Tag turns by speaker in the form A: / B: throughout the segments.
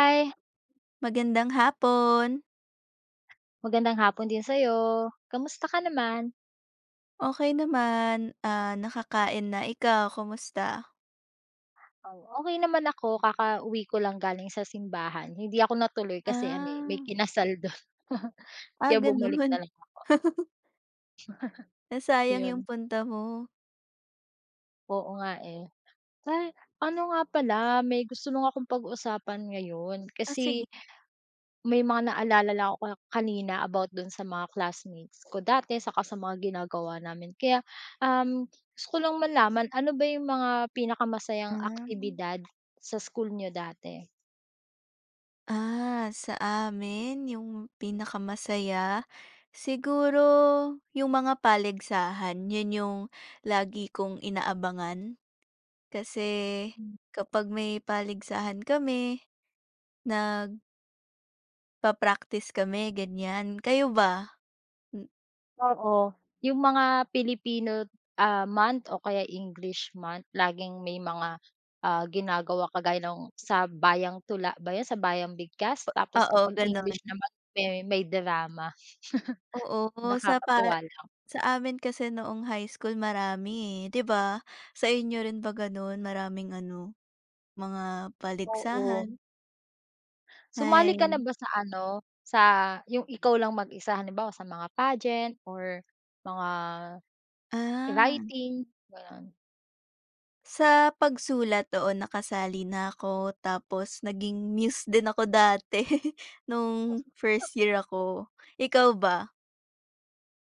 A: Hi,
B: Magandang hapon.
A: magandang hapon din sa'yo. Kamusta ka naman?
B: Okey naman, ah, nakakain na. Ikaw, kumusta?
A: Oh, okey naman ako, kakauwi ko lang galing sa simbahan. Hindi ako natuloy kasi ano, eh, may
B: Ah,
A: kinasal dun.
B: ah,
A: Kaya bumalik
B: gano'n.
A: na lang ako,
B: Nasayang yung
A: yun.
B: punta mo.
A: Oo nga, eh. Ay, ano nga pala, may gusto lang akong pag-usapan ngayon
B: Ah, sige
A: kasi may mga naalala lang ako kanina about dun sa mga classmates ko dati saka sa mga ginagawa namin. Kaya, gusto ko lang malaman ano ba yung mga pinakamasayang
B: ah.
A: aktibidad sa school niyo dati?
B: Ah, sa amin yung pinakamasaya, siguro yung mga paligsahan. Yun yung lagi kong inaabangan. Kasi kapag may paligsahan kami, nagpa-practice kami, ganyan. Kayo ba?
A: Oo, yung mga Filipino, ah, month o kaya English month laging may mga, ah, ginagawa kagaya ng sa Bayang Tula ba yun, sa Bayang Bigkas? Tapos
B: Oo,
A: kapag English
B: gano'n.
A: naman may drama.
B: Oo, sa pa
A: Nakakatuwa lang.
B: sa amin kasi noong high school marami, eh, 'di ba? Sa inyo rin ba gano'n, maraming ano, mga
A: Oo.
B: paligsahan? Mm.
A: Sumali ka na
B: Ay,
A: ba sa ano, sa yung ikaw lang mag-isa halimbawa sa mga pageant or mga
B: ah.
A: writing, gano'n?
B: Sa pagsulat, oo, nakasali na ako tapos naging muse din ako dati nung first year ako. Ikaw ba?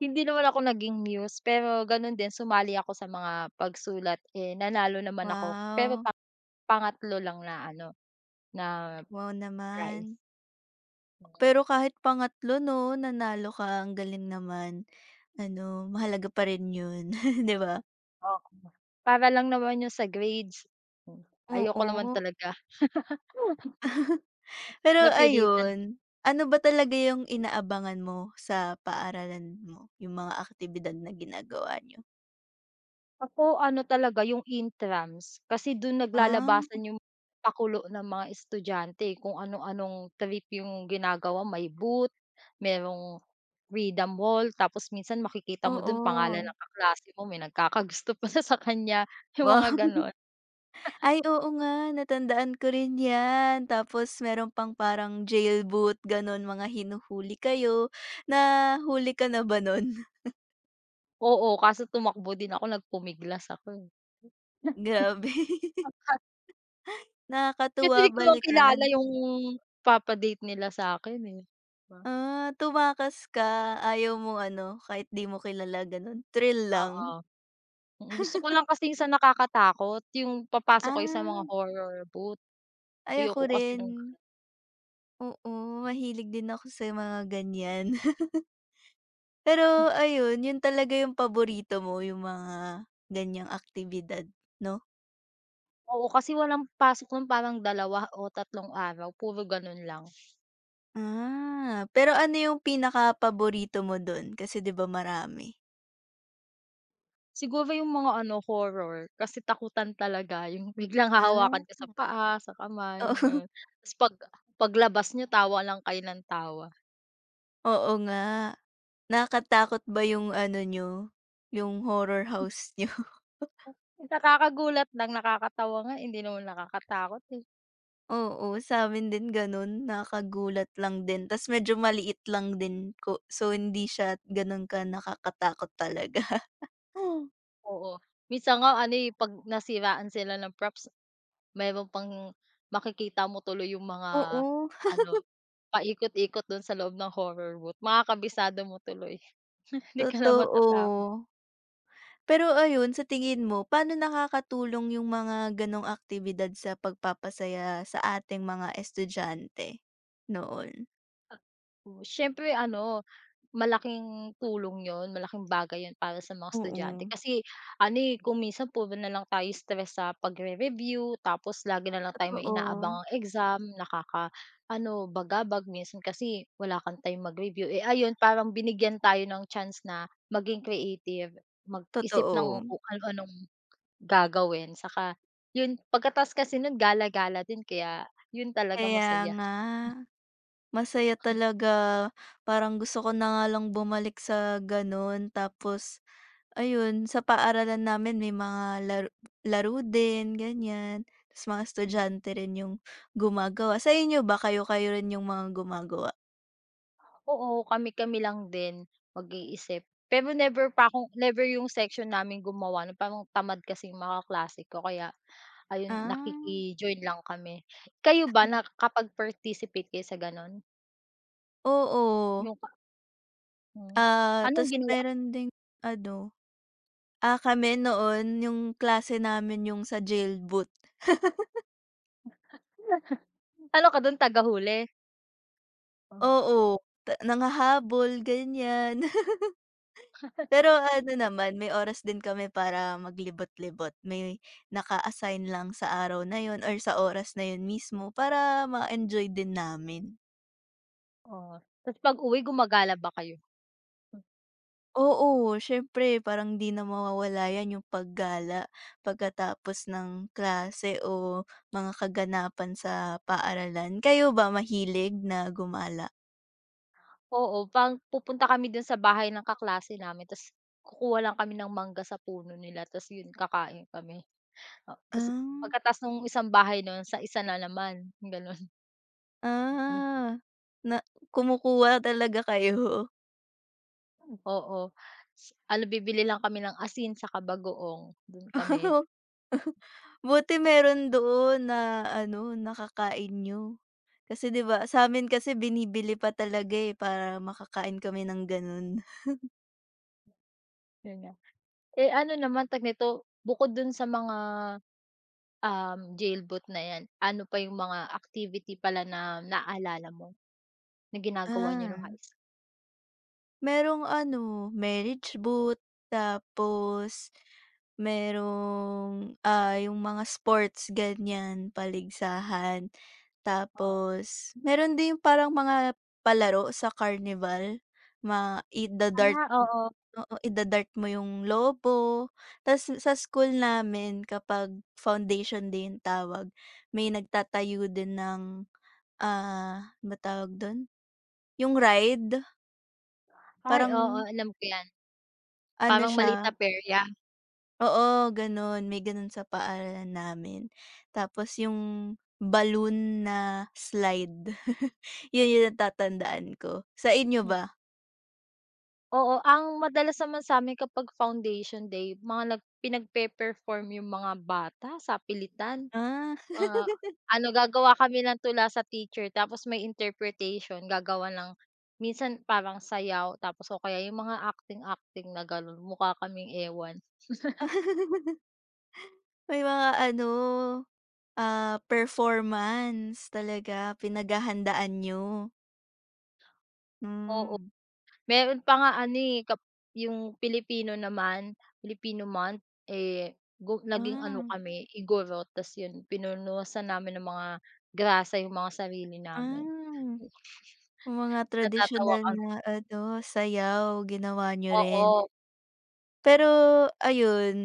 A: Hindi naman ako naging muse pero gano'n din sumali ako sa mga pagsulat, eh, nanalo naman ako pero
B: Wow,
A: pa pangatlo lang na ano, na
B: wow
A: prize.
B: naman.
A: Mm,
B: Pero kahit pangatlo 'no, nanalo ka, ang galing naman. Ano, mahalaga pa rin yun, 'di ba?
A: oo, para lang naman yung sa grades. Hmm, ayoko naman
B: Oo.
A: talaga,
B: Pero
A: napilitan.
B: ayun, ano ba talaga yung inaabangan mo sa paaralan mo, yung mga aktibidad na ginagawa niyo?
A: Ako ano talaga yung intrams, kasi dun
B: Ah,
A: naglalabasan yung pakulo ng mga estudyante, kung ano-anong trip yung ginagawa, may booth, merong freedom wall, tapos minsan makikita mo dun pangalan
B: oo.
A: ng kaklase mo, may nagkakagusto pa na sa kanya, yung mga
B: Wow,
A: ganon.
B: ay oo nga natandaan ko rin 'yan. Tapos meron pang parang jailboot gano'n, mga hinuhuli kayo. Na huli ka na ba nun?
A: Oo, kaso tumakbo din ako, nagpumiglas ako, eh.
B: Grabe,
A: Kasi
B: nakakatuwa
A: di ko lang
B: balikan.
A: kilala yung papadate date nila sa'kin, eh, 'di ba?
B: Ah, tumakas ka, ayaw mo ano, kahit di mo kilala gano'n, thrill lang?
A: Oo. Gusto ko lang kasing sa nakakatakot yung papasok kayo sa mga
B: Ah,
A: horror boot.
B: ay ako
A: Ayoko kasi
B: rin,
A: nung
B: oo, mahilig din ako sa mga ganiyan. Pero ayun, 'yun talaga 'yung paborito mo, 'yung mga ganiyang aktibidad 'no?
A: oo, kasi walang pasok nun parang dalawa o tatlong araw, puro ganun lang.
B: Ah, pero ano 'yung pinaka paborito mo do'n kasi 'di ba marami?
A: Siguro yung mga ano, horror kasi takutan talaga yung biglang hahawakan
B: Ah,
A: ka sa paa, sa kamay,
B: oo,
A: ganun. Tas pag paglabas niyo tawa lang kayo ng tawa.
B: oo nga. Nakakatakot ba 'yung ano nyo, 'yung horror house nyo?
A: Eh, nakakagulat lang, nakakatawa nga, eh, hindi naman nakakatakot, eh.
B: Oo, sa'min din gano'n. Nakakagulat lang din ta's medyo maliit lang din ko so hindi siya gano'n ka nakakatakot talaga.
A: Oo, minsan nga ano, eh, 'pag nasiraan sila ng props. Meron pang makikita mo tuloy yung mga
B: Oo,
A: ano, paikot-ikot dun sa loob ng horror booth, makakabisado mo tuloy. Hindi ka na matatakot.
B: totoo. Pero ayun, sa tingin mo paano nakakatulong yung mga gano'ng aktibidad sa pagpapasaya sa ating mga estudyante noon?
A: At oh, siyempre ano, malaking tulong 'yun, malaking bagay 'yun para sa mga estudyante
B: Oo,
A: kasi ano, eh, kung minsan puro na lang tayo stress sa pagre-review tapos lagi na lang tayo may
B: totoo,
A: inaabangang exam, nakaka ano bagabag. Minsan kasi wala kang time mag-review, eh, ayun parang binigyan tayo ng chance na maging creative, mag-isip
B: totoo.
A: ng kung ano-anong gagawin saka 'yun pagkatas kasi nun gala-gala din kaya 'yun talaga
B: Kaya
A: masaya.
B: nga. Masaya talaga, parang gusto ko na nga lang bumalik sa gano'n. Tapos ayun, sa paaralan namin may mga laro laro din, ganyan. Ta's mga estudyante rin yung gumagawa. Sa inyo ba, kayo-kayo rin yung mga gumagawa?
A: Oo, kami-kami lang din mag-iisip. Pero never pa akong never yung section namin gumawa nun parang tamad kasi yung mga kaklase ko kaya ayun
B: Ah,
A: nakiki-join lang kami. Kayo ba nakakapag-participate kayo sa ganon?
B: oo.
A: Yung ka hmm,
B: Ah,
A: anong
B: ta's
A: ginawa
B: meron ding ano, ah, kami noon yung klase namin yung sa jailboot.
A: ano dun tagahuli? Oh,
B: Oo, ta nanghahabol, ganyan. Pero ano naman, may oras din kami para maglibot-libot. May naka-assign lang sa araw na yun or sa oras na yun mismo para ma-enjoy din namin.
A: oo. Tapos pag-uwi gumagala ba kayo? Hmm,
B: Oo, siyempre parang 'di na mawawala 'yan yung paggala pagkatapos ng klase o mga kaganapan sa paaralan. Kayo ba mahilig na gumala?
A: oo, pupunta kami dun sa bahay ng kaklase namin ta's kukuha lang kami ng mangga sa puno nila ta's yun kakain kami. O tas
B: Ah,
A: pagkatapos nung isang bahay nun sa isa na naman, gano'n.
B: ah, na kumukuha talaga kayo?
A: Oo, ano bibili lang kami ng asin saka bagoong, dun kami,
B: Buti meron doon na ano, nakakain niyo. Kasi 'di ba, sa'min kasi binibili pa talaga, eh, para makakain kami ng gano'n.
A: yun nga. Eh, ano naman tawag nito, bukod dun sa mga, jailboot na yan, ano pa yung mga activity pala na naalala mo na ginagawa niyo nung
B: Ah.
A: high school?
B: Merong ano, marriage boot tapos merong, ah, yung mga sports ganyan, paligsahan.
A: Oo.
B: Tapos meron din yung parang mga palaro sa carnival, ida-dart
A: Ah, oo.
B: oo, ida-dart mo yung lobo. Tas sa school namin kapag foundation day yung tawag, may nagtatayo din ng, ah, ano ba tawag dun, yung ride,
A: Ay oo,
B: parang
A: alam ko yan,
B: ano
A: parang maliit
B: siya.
A: na perya.
B: Oo, gano'n. May gano'n sa paaralan namin. Tapos yung balloon na slide, yun yung natatandaan ko. Sa inyo ba?
A: Oo, ang madalas naman sa'min kapag foundation day, mga pinagpe-perform yung mga bata sa pilitan.
B: Ah,
A: Mga ano, gagawa kami ng tula sa teacher tapos may interpretation, gagawa ng minsan parang sayaw tapos o kaya yung mga acting-acting na gano'n, mukha kaming ewan.
B: may mga ano, ah, performance talaga, pinaghahandaan niyo? Hmm,
A: Meron pa nga ano, eh, yung Pilipino naman, Filipino month, eh, naging ano
B: ah,
A: kami, igorot ta's yun pinunuhusan namin ng mga grasa yung mga sarili namin.
B: ah, mga
A: Natatawa
B: traditional
A: kami,
B: na ano, sayaw, ginawa niyo rin?
A: oo,
B: Pero ayun,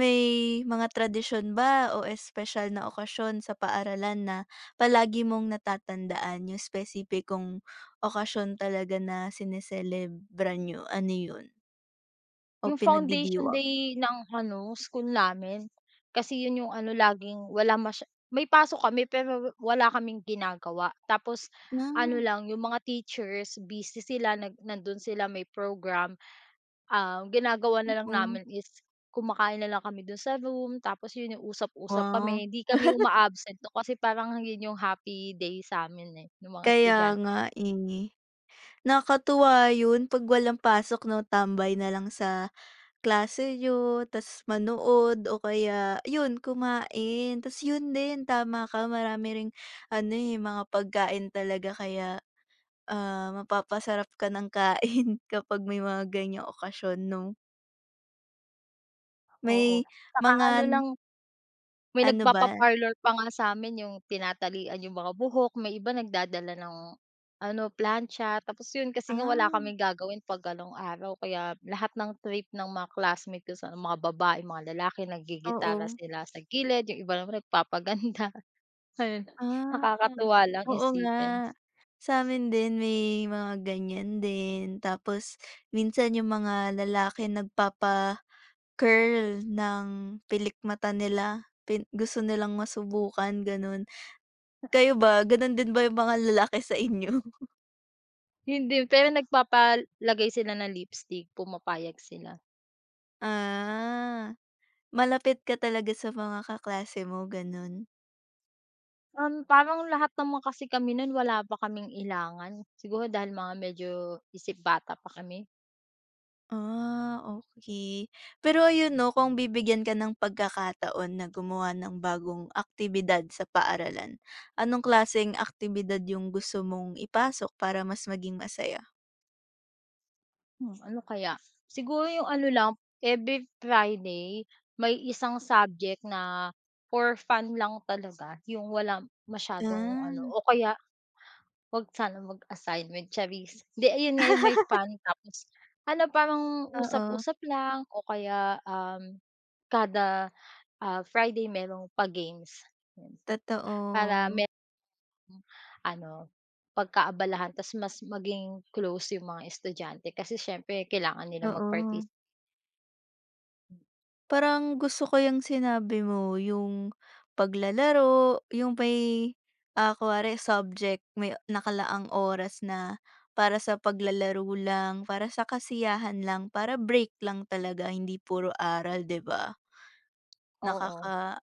B: may mga tradisyon ba o espesyal na okasyon sa paaralan na palagi mong natatandaan, yung espesipikong okasyon talaga na sine-celebra niyo, ano yun o
A: yung foundation
B: pinagdidiwang?
A: day ng ano, school namin. Kasi yun yung ano laging wala may pasok kami pero wala kaming ginagawa. Tapos ano
B: Ah,
A: lang, yung mga teachers busy sila nandun sila may program. Ah, ginagawa na lang
B: mm,
A: namin is kumakain na lang kami dun sa room tapos yun yung usap-usap
B: wow.
A: kami, hindi kami uma-absent no kasi parang yun yung happy day sa'min, eh, ng mga
B: Kaya
A: estudyante.
B: nga, eh. Nakakatuwa yun 'pag walang pasok 'no, tambay na lang sa klase yun, ta's manood o kaya yun kumain. Ta's yun din, tama ka marami ring ano, eh, mga pagkain talaga kaya, ah, mapapasarap ka ng kain kapag may mga ganyang okasyon 'no?
A: Oo,
B: May
A: saka
B: mga
A: ano lang may
B: ano ba
A: nagpapa-parlor pa nga sa'min yung tinatalian yung mga buhok, may iba nagdadala ng ano, plancha tapos yun kasi nga wala
B: ah,
A: kaming gagawin 'pag ganong araw kaya lahat ng trip ng mga classmate ko sa mga babae, mga lalaki naggigitara
B: oo.
A: sila sa gilid, yung iba naman nagpapaganda. Ayun,
B: Ah,
A: nakakatuwa lang
B: oo
A: isipin.
B: nga. Sa'min din may mga ganyan din tapos minsan yung mga lalaki nagpapa curl ng pilikmata nila, gusto nilang masubukan gano'n. Kayo ba gano'n din ba yung mga lalaki sa inyo?
A: Hindi, pero nagpapalagay sila ng lipstick, pumapayag sila.
B: Ah, malapit ka talaga sa mga kaklase mo gano'n?
A: Parang lahat naman kasi kami nun wala pa kaming ilangan. Siguro dahil mga medyo isip bata pa kami.
B: Ah, okay. Pero ayun 'no, kung bibigyan ka ng pagkakataon na gumawa ng bagong aktibidad sa paaralan, anong klaseng aktibidad yung gusto mong ipasok para mas maging masaya?
A: Hmm, ano kaya? Siguro yung ano lang, every Friday may isang subject na for fun lang talaga, yung walang masyadong
B: Ah,
A: ano o kaya wag sana mag-assignment, charis. Hindi, ayun nga yung may fun tapos ano, parang
B: oo,
A: usap-usap lang o kaya, kada, ah, Friday merong pa-games, yun. Para
B: totoo,
A: merong ano, pagkaabalahan ta's mas maging close yung mga estudyante kasi siyempre kailangan nila
B: oo. Parang gusto ko yung sinabi mo, yung paglalaro, yung may, ah, kunwari subject, may nakalaang oras na para sa paglalaro lang, para sa kasiyahan lang, para break lang talaga, hindi puro aral, 'di ba?
A: oo,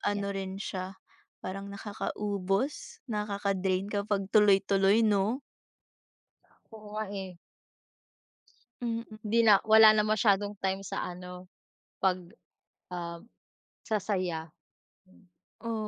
B: Ano
A: yan.
B: rin siya, parang nakakaubos, nakaka-drain kapag tuloy-tuloy 'no?
A: Oo nga, eh,
B: Mm,
A: hindi na wala na masyadong time sa ano, 'pag, um, sa saya.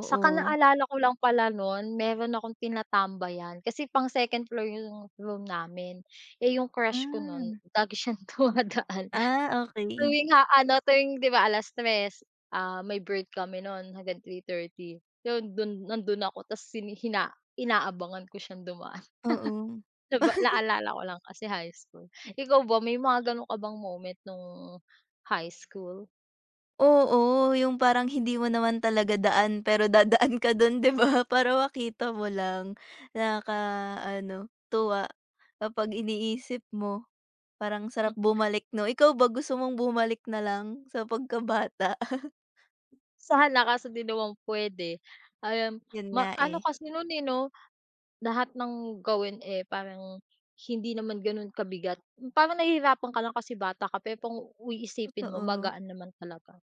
A: Saka naalala ko lang pala nun meron akong tinatambayan kasi pang second floor yung room namin. Eh, yung crush ko nun
B: Ah.
A: lagi siyang dumadaan
B: Ah, okey.
A: tuwing ha ano tuwing 'di ba 3:00, ah, may break kami nun hanggang 3:30 yun dun nandun ako tas sini hina inaabangan ko siyang dumaan
B: Oo.
A: naalala ko lang kasi high school. Ikaw ba may mga ganun ka bang moment nung high school?
B: Oo, yung parang hindi mo naman talaga daan pero dadaan ka don, 'di ba, para makita mo lang. Nakaka-ano, tuwa kapag iniisip mo. Parang sarap bumalik 'no? Ikaw ba gusto mong bumalik na lang sa pagkabata?
A: Sana kasi 'di naman puwede, um,
B: Yun nga
A: ano
B: eh,
A: kasi nun, eh, 'no. Lahat ng gawin, eh, parang hindi naman gano'n kabigat. Parang nahihirapan ka lang kasi bata ka, pero kung iisipin mo
B: totoo.
A: magaan naman talaga.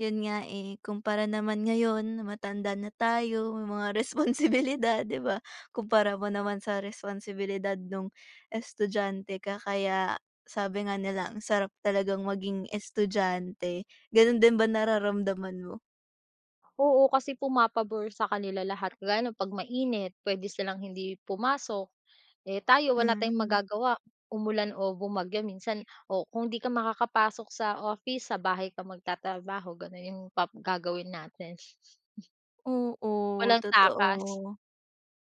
B: Yun nga, eh, kumpara naman ngayon matanda na tayo, may mga responsibilidad, 'di ba? Kumpara mo naman sa responsibilidad nung estudyante ka kaya sabi nga nila ang sarap talagang maging estudyante. Ganun din ba nararamdaman mo?
A: Oo, kasi pumapabor sa kanila lahat, kagaya no'n 'pag mainit puwede silang hindi pumasok. Eh, tayo wala tayong
B: Hmm,
A: magagawa, umulan o bumagyo minsan o kung 'di ka makakapasok sa office, sa bahay ka magtatrabaho gano'n 'yung gagawin natin.
B: oo,
A: Walang
B: totoo.
A: takas.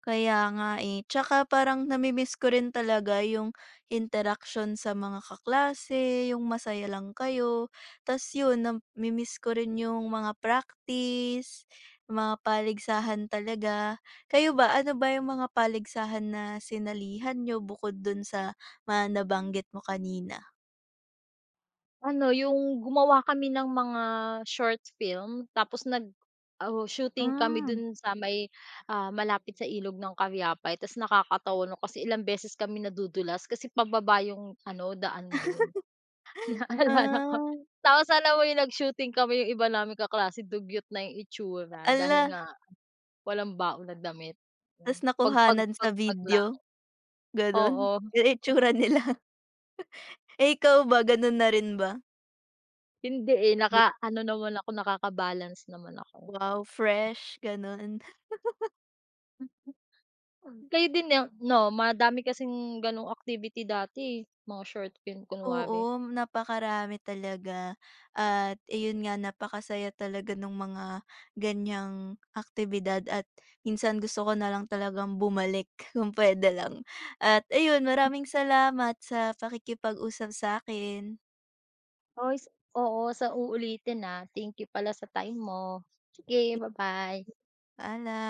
B: Kaya nga eh. Tsaka parang nami-miss ko rin talaga yung interaksyon sa mga kaklase, yung masaya lang kayo. Tas yun, nami-miss ko rin yung mga practice, mga paligsahan talaga. Kayo ba, ano ba yung mga paligsahan na sinalihan niyo bukod dun sa mga nabanggit mo kanina?
A: Ano, yung gumawa kami ng mga short film tapos oo, shooting kami
B: Hmm.
A: dun sa may, ah, malapit sa ilog ng Caviapay ta's nakakatawa no kasi ilang beses kami nadudulas kasi pababa yung ano, daan dun. Naalala ko.
B: Ah,
A: Tapos alam mo yung nag-shooting kami, yung iba naming kaklase dugyot na yung itsura dahil
B: ala,
A: nga walang baon na damit.
B: tas
A: Pag pag
B: nakuhanan sa
A: pag pag lang.
B: video, ganun?
A: Oo,
B: Yung itsura nila. Eh, ikaw ba, ganun na rin ba?
A: hindi, eh, naka-ano naman ako, nakaka-balance naman ako.
B: Wow, fresh gano'n.
A: Kayo din na 'no, madami kasing gano'ng activity dati, eh, mga short film kunwari.
B: Oo, napakarami talaga at iyon nga napakasaya talaga ng mga ganiyang aktibidad at minsan gusto ko na lang talagang bumalik kung puwede lang. At ayun, maraming salamat sa pakikipag-usap sa akin.
A: Oy, oo, sa uulitin, na thank you pala sa time mo. Sige, bye bye.
B: Paalam.